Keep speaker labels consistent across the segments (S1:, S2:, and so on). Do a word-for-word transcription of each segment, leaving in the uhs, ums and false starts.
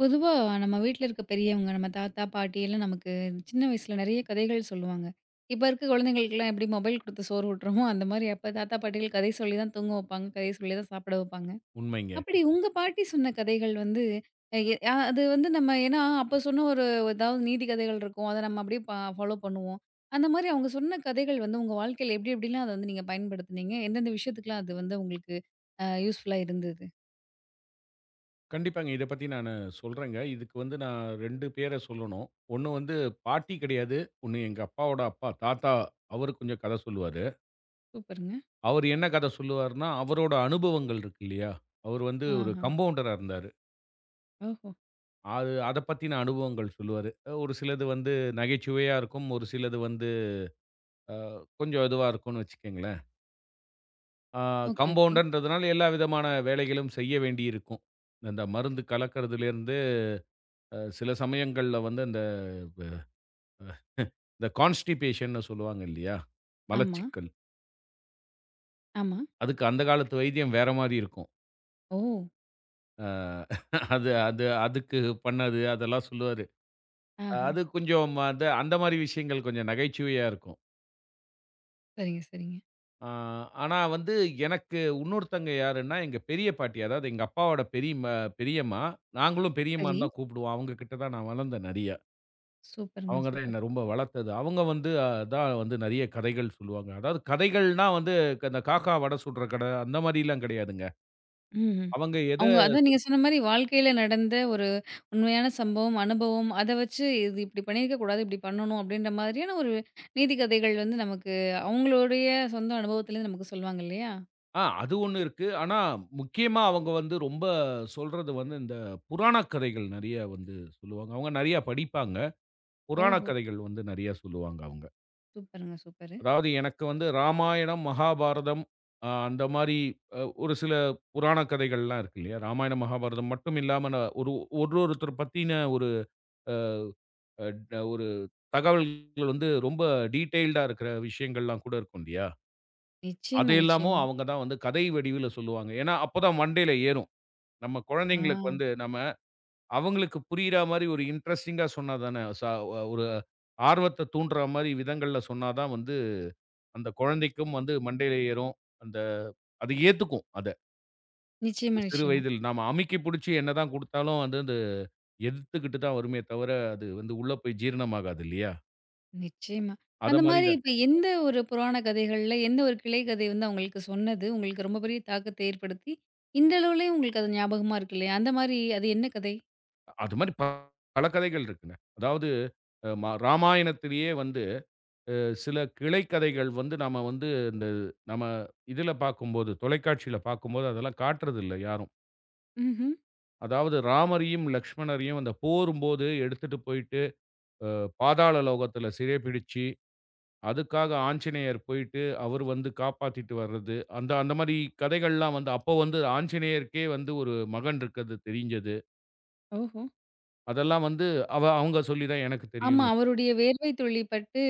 S1: பொதுவா நம்ம வீட்ல இருக்க பெரியவங்க, நம்ம தாத்தா, பாட்டி எல்லாம் நமக்கு சின்ன வயசுல நிறைய கதைகள் சொல்லுவாங்க. இப்ப இருக்க குழந்தைகளுக்கெல்லாம் எப்படி மொபைல் குடுத்து சோறு ஊட்டுறோமோ, அந்த மாரி அப்ப தாத்தா, பாட்டிகள் கதை சொல்லி தான் தூங்க வைப்பாங்க. கதை சொல்லி தான் சாப்பிட வைப்பாங்க.
S2: உண்மைங்க.
S1: அப்படி உங்க பாட்டி சொன்ன கதைகள் வந்து அ எ அ அது வந்து நம்ம ஏன்னா அப்ப சொன்ன ஒரு ஏதாவது நீதி கதைகள் இருக்கும். அத நம்ம அப்படியே ப ஃபாலோ பண்ணுவோம். அந்த மாரி அவங்க சொன்ன கதைகள் வந்து உங்க வாழ்க்கையில எப்படி எப்படிலாம் அத வந்து நீங்க பயன்படுத்துனீங்க? எந்தெந்த விஷயத்துக்குலாம் அது வந்து உங்களுக்கு அ யூஸ்ஃபுல்லா இருந்தது?
S2: கண்டிப்பாங்க. இத பத்தி நானு சொல்றேங்க. இதுக்கு வந்து நான் ரெண்டு பேர சொல்லணும். ஒண்ணு வந்து பாட்டி கிடையாது. ஒண்ணு எங்க அப்பாவோட அப்பா, தாத்தா. அவரு கொஞ்சம் கத சொல்லுவாரு.
S1: சூப்பருங்க.
S2: அவரு என்ன கத சொல்லுவாருன்னா, அவரோட அனுபவங்கள் இருக்கு இல்லையா? அவரு வந்து ஒரு
S1: ஆஹா.
S2: கம்பவுண்டரா இருந்தாரு.
S1: ஓஹோ!
S2: அது அத பத்தின அனுபவங்கள் சொல்லுவாரு. அ ஒரு சிலது வந்து நகைச்சுவையா இருக்கும். ஒரு சிலது வந்து அ கொஞ்சம் இதுவா இருக்கும்னு வச்சுக்கங்களேன். அ
S1: ஓகே, ஓகே.
S2: கம்பவுண்டர்ன்றதுனால எல்லா விதமான வேலைகளும் செய்ய வேண்டியிருக்கும். அந்த மருந்து கலக்கறதுலேருந்து, அ சில சமயங்கள்ல வந்து அந்த இந்த கான்ஸ்டிபேஷன்னு சொல்லுவாங்க இல்லையா?
S1: ஆமா.
S2: மலச்சிக்கல்.
S1: ஆமா.
S2: அதுக்கு அந்த காலத்து வைத்தியம் வேற மாரி இருக்கும்.
S1: ஓ!
S2: அ அது அது அதுக்கு பண்ணது அதெல்லாம் சொல்லுவாரு.
S1: ஆஹா.
S2: அது கொஞ்சம் அது அந்த மாரி விஷயங்கள் கொஞ்சம் நகைச்சுவையா இருக்கும்.
S1: சரிங்க, சரிங்க.
S2: ஆ ஆனா வந்து எனக்கு இன்னொருத்தங்க யாருன்னா, எங்க பெரிய பாட்டி. அதாவது எங்க அப்பாவோட பெரியம்மா பெரியம்மா. நாங்களும்
S1: சரி.
S2: பெரியம்மான்னு தான் கூப்பிடுவோம். அவங்க கிட்ட தான் நான் வளர்ந்தேன் நெறைய.
S1: சூப்பருங்க,
S2: அவங்க தான்
S1: சூப்பர்.
S2: என்ன ரொம்ப வளர்த்தது. அவங்க வந்து அஹ், தான் வந்து நெறைய கதைகள் சொல்லுவாங்க. அதாவது கதைகள்னா வந்து க- இந்த காக்கா வடை சுடுற கதை அந்த மாரிலாம் கிடையாதுங்க.
S1: ம்ஹ்ம்.
S2: அவங்க எத
S1: அவங்க அதான் நீங்க
S2: சொ-
S1: சொன்ன மாரி வாழ்க்கையில நடந்த ஒரு உண்மையான சம்பவம், அனுபவம் அத வச்சு இது இப்படி பண்ணியிருக்க கூடாது, இப்படி பண்ணணும் அப்படின்ற மாதிரியான ஒரு நீதி கதைகள் வந்து நமக்கு அவங்களுடைய சொந்த அனுபவத்திலேருந்து நமக்கு சொல்லுவாங்க இல்லையா?
S2: ஆ அது ஒண்ணு இருக்கு. ஆனா, முக்கியமா அவங்க வந்து ரொம்ப சொல்றது வந்து இந்த புராண கதைகள் நெறைய வந்து சொல்லுவாங்க. அவங்க நெறைய படிப்பாங்க. புராண
S1: ஓஹோ!
S2: கதைகள் வந்து நெறைய சொல்லுவாங்க அவங்க.
S1: சூப்பருங்க, சூப்பரு.
S2: அதாவது எனக்கு வந்து ராமாயணம், மகாபாரதம் அ அந்த மாரி அ ஒரு சில புராண கதைகள்லாம் இருக்கு இல்லையா? ராமாயணம், மகாபாரதம் மட்டும் இல்லாம நான் ஒரு ஒரு ஒருத்தர பத்தின ஒரு அ ட- ஒரு தகவல்கள் வந்து ரொம்ப டீட்டெயில்டா இருக்கிற விஷயங்கள்லாம் கூட இருக்கும் இல்லையா? அது
S1: நிச்சயமா,
S2: எல்லாமோ
S1: நிச்சயமா.
S2: அவங்க தான் வந்து கதை வடிவில சொல்லுவாங்க. ஏன்னா, அப்பதான் மண்டையில ஏறும். நம்ம
S1: ஆ.
S2: குழந்தைங்களுக்கு வந்து நம்ம அவங்களுக்கு புரியிற மாரி ஒரு இன்ட்ரஸ்டிங்கா சொன்னா தானே, ச ஒரு ஆர்வத்த தூண்டுற மாரி விதங்கள்ல சொன்னா தான் வந்து அந்த குழந்தைக்கும் வந்து மண்டையில ஏறும். அந்த அது ஏத்துக்கும் அத.
S1: நிச்சயமா,
S2: சிறு
S1: நிச்சயமா.
S2: வயதில் நாம அமுக்கி பிடிச்சு என்னதான் குடுத்தாலும் அது வந்து அந்த எதிர்த்துக்கிட்டு தான் வருமே தவிர, அது வந்து உள்ள போய் ஜீரணமாகாது இல்லையா?
S1: நிச்சயமா.
S2: அத
S1: அந்த
S2: மாரி
S1: மாரி
S2: தான்.
S1: இப்ப எந்த ஒரு புராண கதைகள்ல, எந்த ஒரு கிளை கதை வந்து அவங்களுக்கு சொன்னது, உங்களுக்கு ரொம்ப பெரிய தாக்கத்த ஏற்படுத்தி, இன்றளவுலயும் உங்களுக்கு அது ஞாபகமா இருக்கு இல்லையா? அந்த மாரி அது என்ன கதை?
S2: அது மாரி பல கதைகள் இருக்குங்க. அதாவது அ ம ராமாயணத்திலேயே வந்து சில கிளை கதைகள் வந்து நம்ம வந்து இந்த நம்ம இதில பார்க்கும்போது, தொலைக்காட்சியில பார்க்கும்போது அதெல்லாம் காட்டுறதில்ல யாரும்.
S1: ம்ஹ்ம்.
S2: அதாவது ராமரையும், லக்ஷ்மணரையும் அந்த போரும்போது எடுத்துட்டு போயிட்டு, அ பாதாள லோகத்தில சிறைபிடிச்சு, அதுக்காக ஆஞ்சநேயர் போயிட்டு அவர் வந்து காப்பாத்திட்டு வர்றது. அந்த அந்த மாரி கதைகள்லாம் வந்து அப்போ வந்து ஆஞ்சநேயருக்கே வந்து ஒரு மகன் இருக்கிறது தெரிஞ்சது.
S1: ஓஹோ!
S2: அதெல்லாம் வந்து அவ அவங்க சொல்லி தான் எனக்கு
S1: ஆமா.
S2: தெரியும்னு வச்சுக்கோங்க.
S1: அவருடைய வேர்வை துளி பட்டு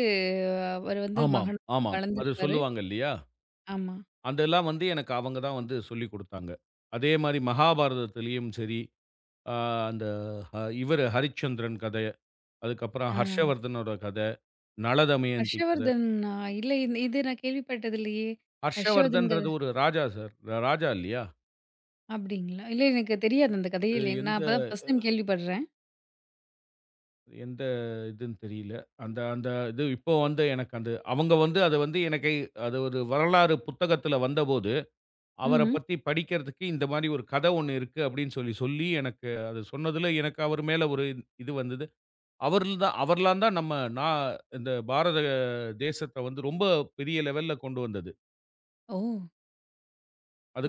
S1: அவர் வந்து
S2: ஆமாம்,
S1: மகனா
S2: ஆமாம். அது
S1: வளர்ந்திருப்பாரு.
S2: சொல்லுவாங்க இல்லையா?
S1: ஆமா.
S2: அதெல்லாம் வந்து எனக்கு அவங்க தான் வந்து சொல்லிக் குடுத்தாங்க. அதே மாரி மகாபாரதத்திலயும் சரி, அ அந்த அ இவரு ஹரிச்சந்திரன் கதை, அதுக்கப்புறம்
S1: ஆ.
S2: ஹர்ஷவர்தனோட கத, நள தமயந்தி கத.
S1: ஹர்ஷவர்தனா? இல்ல இந் இது நான் கேள்விப்பட்டது இல்லையே! ஹர்ஷவர்தன் கதை
S2: ஹர்ஷவர்தன்றது ஒரு ராஜா சார். ராஜா இல்லையா?
S1: அப்டிங்களா? இல்ல எனக்கு தெரியாது அந்த கதையே
S2: அது
S1: இல்ல. நான்
S2: எந்த
S1: இப்ப தான் ஃபர்ஸ்ட் டைம் கேள்விப்படுறேன்.
S2: எந்த இதுன்னு தெரியல. அந்த அந்த இது இப்போ வந்து எனக்கு அந்த அவங்க வந்து அத வந்து எனக்கு அது ஒரு வரலாறு புத்தகத்துல வந்தபோது, அவர
S1: ம்ஹ்ம்.
S2: பத்தி படிக்கிறதுக்கு இந்த மாரி ஒரு கத ஒண்ணு இருக்கு அப்படின்னு சொல்லி சொல்லி எனக்கு அத சொன்னதுல எனக்கு அவர் மேல ஒரு இது வந்தது. அவர்ல் தான் அவர்லாம் தான் நம்ம நான் இந்த பாரத தேசத்த வந்து ரொம்ப பெரிய லெவல்ல கொண்டு வந்தது.
S1: ஓ!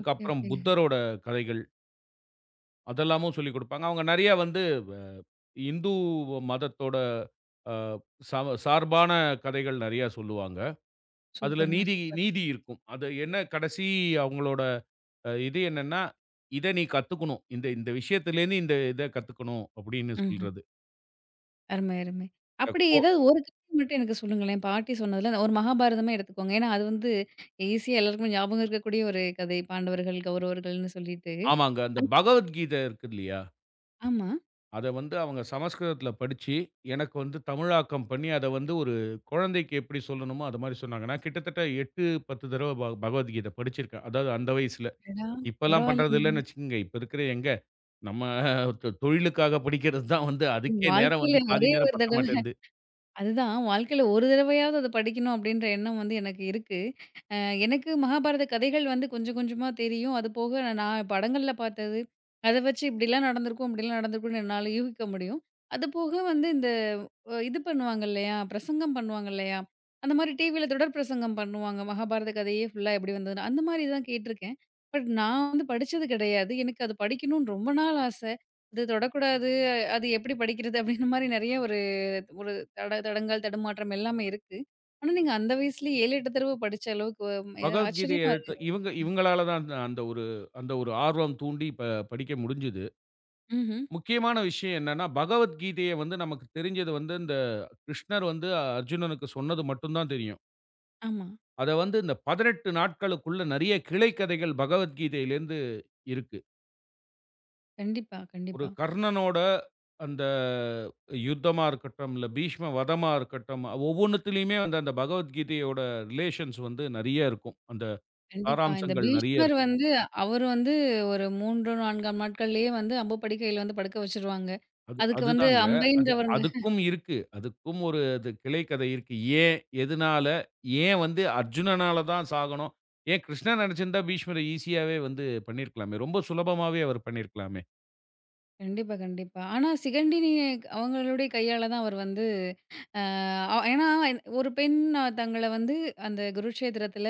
S1: Okay, okay.
S2: புத்தரோட கதைகள், அதெல்லாமும் சொல்லிக் குடுப்பாங்க. அவங்க நெறைய வந்து வ இந்து மதத்தோட அ சம சார்பான கதைகள் நெறையா சொல்லுவாங்க. அதுல
S1: சூப்பருங்க,
S2: நீதி
S1: சூப்பர்.
S2: நீதி இருக்கும். அது என்ன கடைசி அவங்களோட அ இது என்னன்னா, "இத நீ கத்துக்கணும். இந்த இந்த விஷயத்துலேருந்து இந்த இத கத்துக்கணும்." அப்படின்னு
S1: ம்ஹ்ம்.
S2: சொல்றது.
S1: அருமை, அருமை.
S2: அ
S1: அப்படி
S2: கோ
S1: ஏதாவது ஒரு கதை மட்டும் எனக்கு சொல்லுங்களேன். பாட்டி சொன்னதுல ஒரு மகாபாரதமே எடுத்துக்கோங்க. ஏன்னா, அது வந்து ஈஸியா எல்லாருக்குமே ஞாபகம் இருக்கக்கூடிய ஒரு கதை. பாண்டவர்கள், கௌரவர்கள்ன்னு சொல்லிட்டு.
S2: ஆமாங்க. அந்த பகவத்கீதை இருக்கு இல்லையா?
S1: ஆமா.
S2: அத வந்து அவங்க சமஸ்கிருதத்துல படிச்சு, எனக்கு வந்து தமிழாக்கம் பண்ணி, அத வந்து ஒரு குழந்தைக்கு எப்படி சொல்லணுமோ, அது மாரி சொன்னாங்க. நான் கிட்டத்தட்ட எட்டு, பத்து தடவ ப பகவத்கீதை படிச்சிருக்கேன். அதாவது அந்த வயசுல.
S1: அடடா!
S2: இப்பலாம் பண்றது
S1: பரவாயில்லைங்களே.
S2: இல்லன்னு வச்சுக்கங்க. இப்ப இருக்கிற எங்க, நம்ம தொ தொழிலுக்காக படிக்கிறது தான் வந்து அதுக்கே நேரம்
S1: வாழ்க்கையில
S2: வந்து பாதி
S1: ஒரே ஒரு
S2: நேரம் பத்த
S1: தடவ
S2: மாட்டேன்து.
S1: அதுதான். வாழ்க்கையில ஒரு தடவையாவது அத படிக்கணும் அப்டின்ற எண்ணம் வந்து எனக்கு இருக்கு. அ எனக்கு மகாபாரத கதைகள் வந்து கொஞ்சம் கொஞ்சமா தெரியும். அது போக நான் நான் படங்கள்ல பார்த்தது, அத வச்சு இப்டிலாம் நடந்திருக்கும், இப்டிலாம் நடந்திருக்கும்னு என்னால யூகிக்க முடியும். அது போக வந்து இந்த அ இது பண்ணுவாங்க இல்லையா? பிரசங்கம் பண்ணுவாங்க இல்லையா? அந்த மாரி டிவில தொடர் பிரசங்கம் பண்ணுவாங்க. மகாபாரத கதையே ஃபுல்லா எப்டி வந்ததுன்னு. அந்த மாரி தான் கேட்டுருக்கேன். பட் நான் வந்து படிச்சது கிடையாது. எனக்கு அது படிக்கணும்னு ரொம்ப நாள் ஆசை. இது தொடக்கூடாது. அது எப்டி படிக்கிறது? அப்டின்ற மாரி நெறைய ஒரு ஒரு தட தடங்கல், தடுமாற்றம் எல்லாமே இருக்கு. ஆனா, நீங்க அந்த வயசுலயே ஏழு, எட்டு தடவ படிச்ச அளவுக்கு வம் ஏதோ
S2: பகவத்கீதைய
S1: ஆச்சரியமா
S2: எடுத்து
S1: இருக்கு.
S2: இவங்க இவங்களால தான் அந்த அந்த ஒரு அந்த ஒரு ஆர்வம் தூண்டி ப படிக்க முடிஞ்சது.
S1: ம்ஹ்ம்.
S2: முக்கியமான விஷயம் என்னன்னா, பகவத்கீதைய வந்து நமக்கு தெரிஞ்சது வந்து இந்த கிருஷ்ணர் வந்து அர்ஜுனனுக்கு சொன்னது மட்டும் தான் தெரியும்.
S1: ஆமா.
S2: அத வந்து இந்த பதினெட்டு நாட்களுக்குள்ள நெறைய கிளை கதைகள் பகவத்கீதையிலேருந்து இருக்கு.
S1: கண்டிப்பா,
S2: ஒரு
S1: கண்டிப்பா.
S2: கர்ணனோட அந்த யுத்தமா இருக்கட்டும், இல்ல பீஷ்ம வதமா இருக்கட்டும், ஒவ்வொன்னுத்துலயுமே வந்து அந்த பகவத்கீதையோட ரிலேஷன்ஸ் வந்து நெறைய இருக்கும். அந்த
S1: கண்டிப்பா. இந்த
S2: சாராம்சங்கள் நெறைய
S1: பீஷ்மர்
S2: இருக்கும்.
S1: வந்து அவரு வந்து ஒரு மூன்று, நான்காம் ஆம் நாட்கள்லயே வந்து அம்பு படுக்கையில வந்து படுக்க வச்சுருவாங்க.
S2: அது
S1: அதுக்கு வந்து
S2: அதுதாங்க. அது
S1: அம்பைன்றவருங்க
S2: அதுக்கும் இருக்கு. அதுக்கும் ஒரு அது கிளை கதை இருக்கு. ஏன்? எதுனால? ஏன் வந்து அர்ஜுனனால தான் சாகணும்? ஏன் கிருஷ்ணன் நெனச்சிருந்தா பீஷ்மர ஈஸியாவே வந்து பண்ணியிருக்கலாமே! ரொம்ப சுலபமாவே அவர் பண்ணியிருக்கலாமே!
S1: கண்டிப்பா, கண்டிப்பா. ஆனா, சிகண்டினி அவங்களுடைய கையால தான் அவர் வந்து அ ஏன்னா, ஒரு பெண் தங்கள வந்து அந்த குருட்சேத்திரத்தில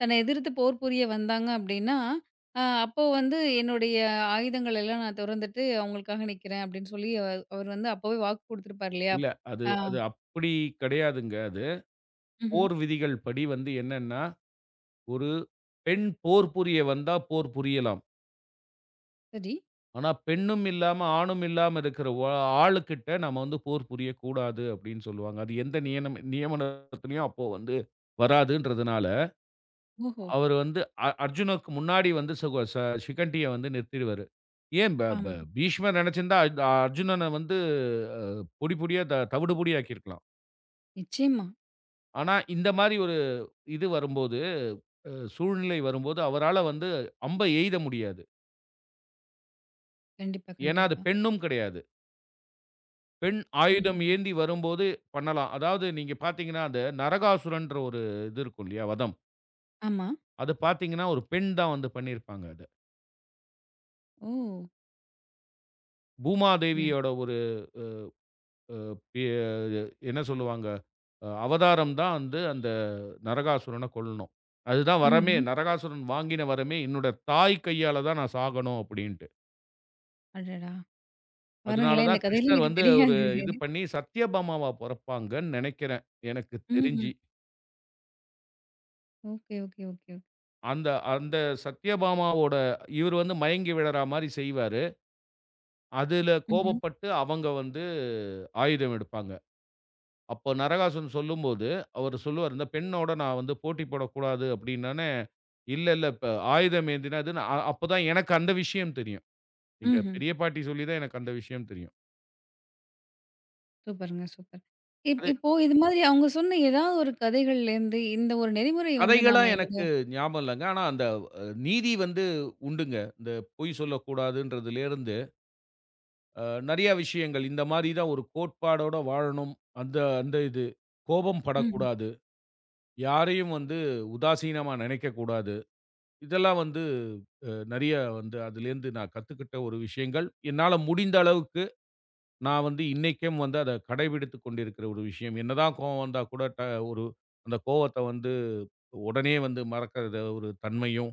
S1: தன்னை எதிர்த்து போர் புரிய வந்தாங்க அப்டின்னா, அ அப்போ வந்து என்னுடைய ஆயுதங்கள் எல்லாம் நான் துறந்துட்டு அவங்களுக்காக நிக்கிறேன் அப்டின்னு சொல்லி அவ அவர் வந்து அப்பவே வாக்கு குடுத்துருப்பார் இல்லையா?
S2: இல்ல. அது
S1: ஆ.
S2: அது அப்படி கிடையாதுங்க அது.
S1: ம்ஹ்ம்.
S2: போர் விதிகள் படி வந்து என்னன்னா, ஒரு பெண் போர் புரிய வந்தா போர் புரியலாம்.
S1: சரி.
S2: ஆனா, பெண்ணும் இல்லாம, ஆணும் இல்லாம இருக்கிற ஒ ஆளுக்கிட்ட நம்ம வந்து போர் புரியக்கூடாது அப்படின்னு சொல்லுவாங்க. அது எந்த நியனம் நியமனத்திலயும் அப்போ வந்து வராதுன்றதுனால,
S1: ஓஹோ!
S2: அவரு வந்து அ அர்ஜுனுக்கு முன்னாடி வந்து சுக ச சிகண்டிய வந்து நிறுத்திருவாரு. ஏன் ப ப
S1: ஆமா.
S2: பீஷ்மர் நினைச்சிருந்தா அ அர்ஜுனன வந்து அ பொடி பொடியா த தவிடு பொடி ஆக்கியிருக்கலாம்.
S1: நிச்சயமா.
S2: ஆனா, இந்த மாரி ஒரு இது வரும்போது அ சூழ்நிலை வரும்போது அவரால வந்து அம்ப எய்த முடியாது.
S1: கண்டிப்பா,
S2: ஏன்னா, அது
S1: கண்டிப்பா.
S2: பெண்ணும் கிடையாது. பெண் ஆயுதம்
S1: ம்ஹ்ம்.
S2: ஏந்தி வரும்போது பண்ணலாம். அதாவது நீங்க பார்த்தீங்கன்னா, அந்த நரகாசுரன்ற ஒரு இது இருக்கும் இல்லையா? வதம்.
S1: ஆமா.
S2: அது பார்த்தீங்கன்னா, ஒரு பெண் தான் வந்து பண்ணியிருப்பாங்க அத.
S1: ஓ!
S2: பூமாதேவியோட ஒரு எ என்ன சொல்லுவாங்க? அ அவதாரம் தான் வந்து அந்த நரகாசுரன கொல்லணும். அதுதான் வரமே.
S1: ம்ஹ்ம்.
S2: நரகாசுரன் வாங்கின வரமே, "என்னோட தாய் கையால தான் நான் சாகணும்" அப்படின்ட்டு.
S1: அடடா!
S2: அதனால
S1: பாருங்களேன் இந்த
S2: தான்
S1: கதையில
S2: கிருஷ்ணர்
S1: எனக்கு
S2: வந்து ஒரு
S1: தெரியாது.
S2: இது பண்ணி சத்யபாமாவா பொறப்பாங்கன்னு நெனைக்கிறேன். எனக்கு
S1: ம்ஹ்ம்.
S2: தெரிஞ்சு.
S1: Okay, okay, okay, okay.
S2: அந்த அந்த சத்யபாமாவோட இவரு வந்து மயங்கி விழறா மாரி செய்வாரு. அதுல
S1: ம்ஹ்ம்.
S2: கோபப்பட்டு அவங்க வந்து ஆயுதம் எடுப்பாங்க. அப்போ நரகாசுரன் சொல்லும்போது, அவரு சொல்லுவாரு, "இந்த பெண்ணோட நான் வந்து போட்டி போடக்கூடாது." அப்படின்னோனே, "இல்ல, இல்ல இப்ப ஆயுதம் ஏந்தினா இதுன்னு" அ அப்பதான் எனக்கு அந்த விஷயம் தெரியும். எங்க
S1: ம்ஹ்ம்.
S2: பெரிய பாட்டி சொல்லி தான் எனக்கு அந்த விஷயம் தெரியும்.
S1: சூப்பருங்க, சூப்பர். இப் இப்போ இது மாதிரி அவங்க சொன்ன ஏதாவது ஒரு கதைகள்லேருந்து, இந்த ஒரு நெறிமுறை வந்து
S2: கதைகளா
S1: நான் என்னோட
S2: எனக்கு ஞாபகம் இல்லங்க. ஆனா அந்த அ நீதி வந்து உண்டுங்க. இந்த பொய் சொல்லக்கூடாதுன்றதுலேருந்து, அ நெறைய விஷயங்கள் இந்த மாரி தான் ஒரு கோட்பாடோட வாழணும். அந்த அந்த இது. கோபம்
S1: ம்ஹ்ம்.
S2: படக்கூடாது. யாரையும் வந்து உதாசீனமா நினைக்கக்கூடாது. இதெல்லாம் வந்து அ நெறைய வந்து அதுலேருந்து நான் கத்துக்கிட்ட ஒரு விஷயங்கள். என்னால முடிந்த அளவுக்கு நான் வந்து இன்னைக்கும் வந்து அத கடைபிடித்துக் கொண்டிருக்கிற ஒரு விஷயம். என்னதான் கோவம் வந்தா கூட ட ஒரு அந்த கோவத்த வந்து உடனே வந்து மறக்கற ஒரு தன்மையும்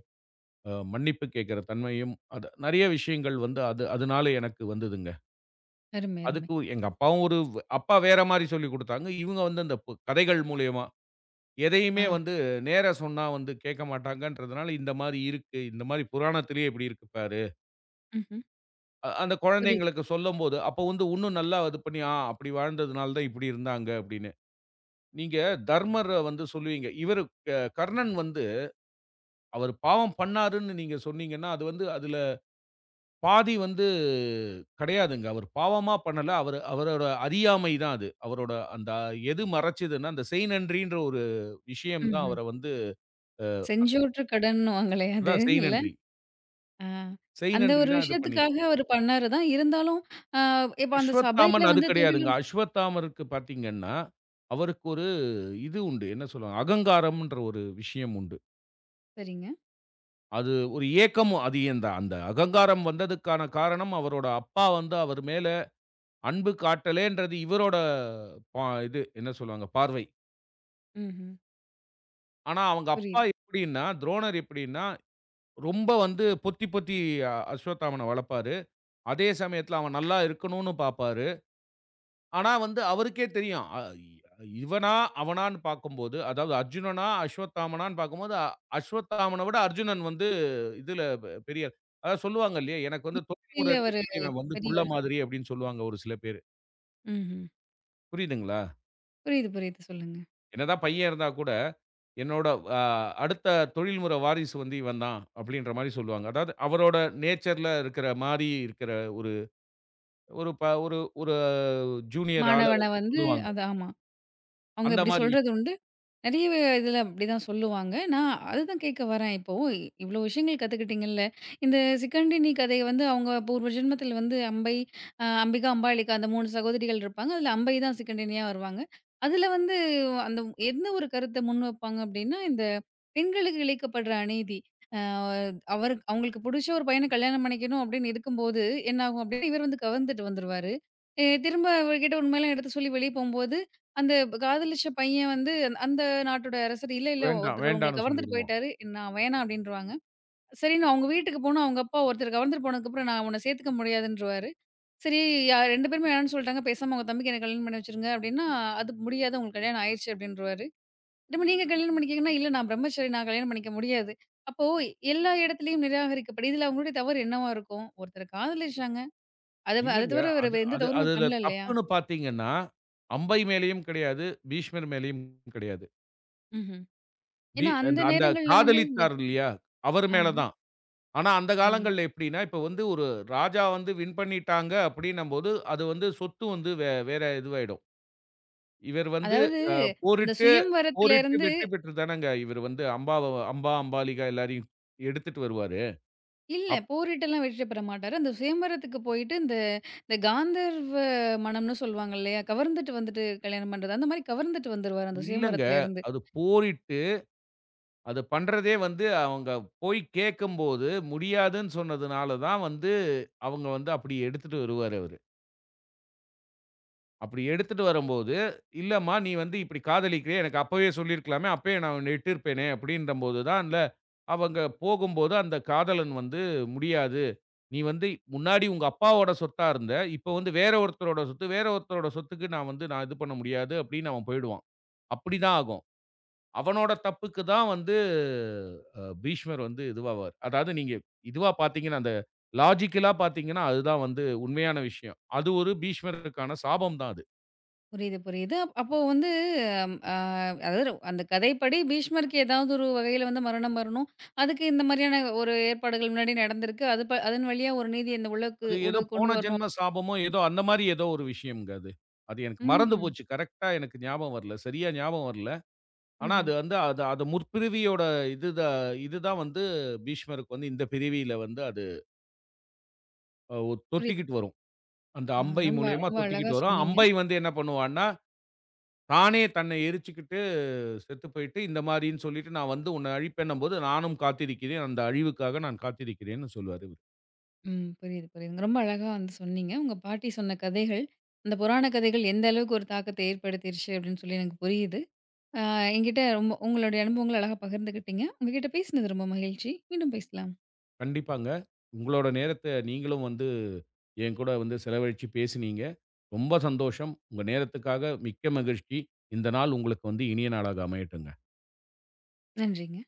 S2: அ மன்னிப்பு கேட்கிற தன்மையும், அது நெறைய விஷயங்கள் வந்து அது அதனால எனக்கு வந்ததுங்க.
S1: அருமை, அருமை.
S2: அதுக்கு எங்க அப்பாவும் ஒரு வ- அப்பா வேற மாரி சொல்லிக் குடுத்தாங்க. இவங்க வந்து அந்த பு கதைகள் மூலியமா, எதையுமே
S1: ஆ.
S2: வந்து நேரா சொன்னா வந்து கேட்க மாட்டாங்கன்றதுனால, இந்த மாரி இருக்கு. இந்த மாரி புராணத்திலேயே இப்படி இருக்கு பாரு.
S1: ம்ஹ்ம்.
S2: அ அந்த
S1: புரியுது.
S2: குழந்தைங்களுக்கு சொல்லும்போது, அப்போ வந்து உன்னும் நல்லா இது பண்ணி, ஆ அப்படி வாழ்ந்ததுனால தான் இப்படி இருந்தாங்க அப்படின்னு. நீங்க தர்மர வந்து சொல்லுவீங்க. இவரு க கர்ணன் வந்து அவர் பாவம் பண்ணாருன்னு நீங்க சொன்னீங்கன்னா, அது வந்து அதுல பாதி வந்து கிடையாதுங்க. அவர் பாவமா பண்ணல. அவரு அவரோட அறியாமை தான் அது. அவரோட அந்த எது மறைச்சதுன்னா, அந்த செய்நன்றின்ற ஒரு விஷயம் தான்
S1: ம்ஹ்ம்.
S2: அவர வந்து
S1: செஞ்சோற்று கடன்னுவாங்களே அது
S2: அதான்
S1: இல்ல?
S2: செய்நன்றி.
S1: ஆ. அந்த
S2: செய்நன்றி
S1: ஒரு
S2: தான் இது
S1: விஷயத்துக்காக
S2: பண்ணிருக்கு.
S1: அவரு பண்ணாரு தான். இருந்தாலும், அ இப்ப அந்த
S2: அஸ்வத்தாமன்
S1: சபையில
S2: அது
S1: வந்து
S2: கிடையாதுங்க.
S1: துகிலூர்
S2: அஸ்வத்தாமருக்கு பார்த்தீங்கன்னா, அவருக்கு ஒரு இது உண்டு. என்ன சொல்லுவாங்க? அகங்காரம்ன்ற ஒரு விஷயம் உண்டு.
S1: சரிங்க.
S2: அது ஒரு ஏக்கமும் அதிகம் தான். அந்த அகங்காரம் வந்ததுக்கான காரணம் அவரோட அப்பா வந்து அவர் மேல அன்பு காட்டலேன்றது இவரோட பா இது என்ன சொல்லுவாங்க? பார்வை.
S1: ம்ஹ்ம்.
S2: ஆனா, அவங்க அப்பா
S1: புரியுது.
S2: எப்படின்னா, துரோணர் எப்படின்னா, ரொம்ப வந்து பொத்தி பொத்தி அ அஸ்வத்தாமன வளர்ப்பாரு. அதே சமயத்துல அவன் நல்லா இருக்கணும்னு பாப்பாரு. ஆனா வந்து அவருக்கே தெரியும். அ இ இவனா, அவனான்னு பார்க்கும்போது, அதாவது அர்ஜுனனா, அஸ்வத்தாமனான்னு பார்க்கும்போது, அ அஸ்வத்தாமன விட அர்ஜுனன் வந்து இதுல பெ பெரிய அதாவது சொல்லுவாங்க இல்லையா? எனக்கு வந்து
S1: இல்ல
S2: தொழில்முறை
S1: அவரு
S2: ரீதியில இவன் வந்து புள்ள
S1: பெரியவர்.
S2: மாதிரி அப்படின்னு சொல்லுவாங்க ஒரு சில பேரு.
S1: ம்ஹ்ம்.
S2: புரியுதுங்களா?
S1: புரியுது, புரியுது. சொல்லுங்க.
S2: என்னதான் பையன் இருந்தா கூட என்னோட அ அடுத்த தொழில்முறை வாரிசு வந்து இவன் தான் அப்படின்ற மாரி சொல்லுவாங்க. அதாவது அவரோட நேச்சர்ல இருக்கிற மாரி இருக்கிற ஒரு ஒரு ப ஒரு ஒரு ஜூனியர் ஆள ம்.
S1: மாணவன
S2: வந்து
S1: வந்து
S2: சொல்லுவாங்க.
S1: அது ஆமா. அவங்க
S2: அந்த ம்.
S1: இப்படி
S2: மாரி விஷயம்.
S1: சொல்றது உண்டு. நெறைய இதில அப்படிதான் சொல்லுவாங்க. நான் அதுதான் கேட்க வரேன். இப்போ இவ்வளோ விஷயங்கள் கத்துக்கிட்டீங்கல்ல. இந்த சிக்கண்டினி கதைய வந்து அவங்க பூர்வ ஜென்மத்தில வந்து அம்பை, அ அம்பிகா, அம்பாலிகா அந்த மூன்று சகோதரிகள் இருப்பாங்க. அதில அம்பை தான் சிக்கண்டினியா வருவாங்க. அதில வந்து அந்த எந்த ஒரு கருத்த முன்வைப்பாங்க அப்படின்னா, இந்த பெண்களுக்கு இழைக்கப்படுற அநீதி. அ அவரு அவங்களுக்கு புடிச்ச ஒரு பையன கல்யாணம் பண்ணிக்கணும் அப்படின்னு இருக்கும்போது, என்ன ஆகும் அப்படின்னா, இவர் வந்து கவர்ந்துட்டு வந்துருவாரு. எ திரும்ப அவர்கிட்ட உண்மையெல்லாம் எடுத்து சொல்லி வெளிய போம்போது, அந்த காதலிச்ச பையன் வந்து அந் அந்த நாட்டோட அரசர், "இல்ல, இல்ல
S2: வேண்டாம்,
S1: ஒருத்தர் உங்கள
S2: வேண்டான்னு
S1: கவர்ந்துட்டு
S2: சொல்லிடுவோம்.
S1: போயிட்டாரு. நான் வேணாம்" அப்டின்ருவாங்க. சரின்னு அவங்க வீட்டுக்கு போனா, அவங்க அப்பா ஒருத்தர் கவர்ந்துட்டு போனதுக்கப்புறம், "நான் உன்ன சேர்த்துக்க முடியாதுன்ருவாரு." சரி, யா ரெண்டு பேருமே வேணான்னு சொல்ட்டாங்க. "பேசாம உங்க தம்பிக்கு என்ன கல்யாணம் பண்ணி வச்சுருங்க" அப்டின்னா, "அது முடியாது. உங்களுக்கு கல்யாணம் ஆயிருச்சு" அப்டின்ருவாரு. "திரும்ப நீங்க கல்யாணம் பண்ணிக்கங்கன்னா" "இல்ல நான் பிரம்மச்சாரி. நான் கல்யாணம் பண்ணிக்க முடியாது." அப்போ எல்லா இடத்துலயும் நிராகரிக்கப்படு இதுல அவங்களுடைய தவறு என்னவா இருக்கும்? ஒருத்தர காதலிச்சாங்க. அத வ அத
S2: இல்லங்க.
S1: தவிர
S2: அது
S1: வேற எந்த
S2: அது
S1: தவறுமே
S2: அதுல
S1: பண்ணல இல்லையா?
S2: தப்புன்னு பார்த்தீங்கன்னா, அம்பை மேலயும் கிடையாது, பீஷ்மர் மேலயும் கிடையாது.
S1: ம்ஹ்ம்.
S2: பி
S1: ஏன்னா அந்த
S2: அந்த அந்த
S1: நேரங்கள்ல வந்து இந்த
S2: காதலித்தார் இல்லையா? அவர் மேல
S1: ஆமா.
S2: தான். ஆனா அந்த
S1: ம்.
S2: காலங்கள்ல எப்படின்னா, இப்ப வந்து ஒரு ராஜா வந்து வின் பண்ணிட்டாங்க அப்படின்னும்போது, அது வந்து சொத்து வந்து வே வேற இதுவாயிடும். இவர் வந்து
S1: அதாவது
S2: அ
S1: அந்த
S2: போரிட்டு போரிட்டு
S1: சுயம்வரத்திலேருந்து
S2: வெற்றி பெற்று தானங்க இவரு வந்து அம்பாவ அம்பா, அம்பாலிகா எல்லாரையும் எடுத்துட்டு வருவாரு.
S1: இல்ல
S2: அப்
S1: போரிட்டெல்லாம் வெற்றி பெற மாட்டாரு. அந்த சுயம்வரத்துக்கு போயிட்டு இந்த இந்த காந்தர்வ மணம்னு சொல்லுவாங்க இல்லையா? கவர்ந்துட்டு வந்துட்டு கல்யாணம் பண்றது. அந்த மாரி கவர்ந்துட்டு வந்துருவாரு அந்த
S2: இல்லங்க.
S1: சுயம்வரத்திலேருந்து.
S2: அது போரிட்டு அது பண்றதே வந்து அவங்க போய் கேட்கும்போது முடியாதுன்னு சொன்னதுனால தான் வந்து அவங்க வந்து அப்படி எடுத்துட்டு வருவாரு அவரு. அப்படி எடுத்துட்டு வரும்போது, "இல்லம்மா நீ வந்து இப்படி காதலிக்கிறியே எனக்கு அப்பவே சொல்லியிருக்கலாமே! அப்பயே நான் உன்ன இட்டிருப்பேனே!" அப்படின்றபோது தான் இல்ல அவங்க போகும்போது அந்த காதலன் வந்து முடியாது. நீ வந்து முன்னாடி உங்க அப்பாவோட சொத்தா இருந்த. இப்ப வந்து வேற ஒருத்தரோட சொத்து. வேற ஒருத்தரோட சொத்துக்கு நான் வந்து நான் இது பண்ண முடியாது அப்படின்னு அவன் போயிடுவான். அப்படிதான் ஆகும். அவனோட தப்புக்கு தான் வந்து அ பீஷ்மர் வந்து இதுவாவார். அதாவது நீங்க இதுவா பார்த்தீங்கன்னா, அந்த லாஜிக்கலா பார்த்தீங்கன்னா, அதுதான் வந்து உண்மையான விஷயம். அது ஒரு பீஷ்மருக்கான சாபம் தான் அது.
S1: புரியுது, புரியுது. அப் அப்போ வந்து அ அதாவது ரொ- அந்த கதைப்படி பீஷ்மருக்கு ஏதாவது ஒரு வகையில வந்து மரணம் வரணும். அதுக்கு இந்த மாதிரியான ஒரு ஏற்பாடுகள் முன்னாடி நடந்திருக்கு. அது ப அதன் வழியா ஒரு நீதி இந்த உலகுக்கு
S2: அது ஏதோ
S1: உலகுக்கு கொண்டு
S2: போன
S1: வரணும்.
S2: ஜென்ம சாபமோ ஏதோ அந்த மாரி ஏதோ ஒரு விஷயம்ங்க அது. அது எனக்கு மறந்து
S1: ம்ஹ்ம்.
S2: போச்சு. கரெக்ட்டா எனக்கு ஞாபகம் வரல. சரியா ஞாபகம் வரல. ஆனா,
S1: ம்ஹ்ம்.
S2: அது வந்து அது அது முற்பிறவியோட இதுத இதுதான் வந்து பீஷ்மருக்கு வந்து இந்த பிறவியில வந்து அது அ ஒ
S1: புரியுது.
S2: தொத்திக்கிட்டு வரும். அந்த
S1: ஆ,
S2: அம்பை
S1: ரொம்ப
S2: மூலியமா
S1: ரொம்ப அழகா
S2: தொத்திக்கிட்டு வரும்.
S1: சொன்னீங்க.
S2: அம்பை வந்து என்ன பண்ணுவான்னா, தானே தன்னை எரிச்சுக்கிட்டு செத்து போயிட்டு, இந்த மாரின்னு சொல்லிட்டு, "நான் வந்து உன்னை அழிப்பேன்னும்போது, நானும் காத்திருக்கிறேன். அந்த அழிவுக்காக நான் காத்திருக்கிறேன்னு" சொல்லுவாரு இவரு.
S1: ம். புரியுது, புரியுதுங்க. ரொம்ப அழகா வந்து சொன்னீங்க. உங்க பாட்டி சொன்ன கதைகள், அந்த புராண கதைகள் எந்த அளவுக்கு ஒரு தாக்கத்தை ஏற்படுத்திருச்சு அப்படின்னு சொல்லி எனக்கு புரியுது. அ என்கிட்ட ரொம்ப உங்களுடைய அனுபவங்கள அழகா பகிர்ந்துக்கிட்டீங்க. உங்ககிட்ட பேசினது ரொம்ப மகிழ்ச்சி. மீண்டும் பேசலாம்.
S2: கண்டிப்பாங்க. உங்களோட நேரத்த நீங்களும் வந்து என் கூட வந்து செலவழிச்சு பேசினீங்க. ரொம்ப சந்தோஷம். உங்க நேரத்துக்காக மிக்க மகிழ்ச்சி. இந்த நாள் உங்களுக்கு வந்து இனிய நாளாக அமையட்டுங்க.
S1: நன்றிங்க.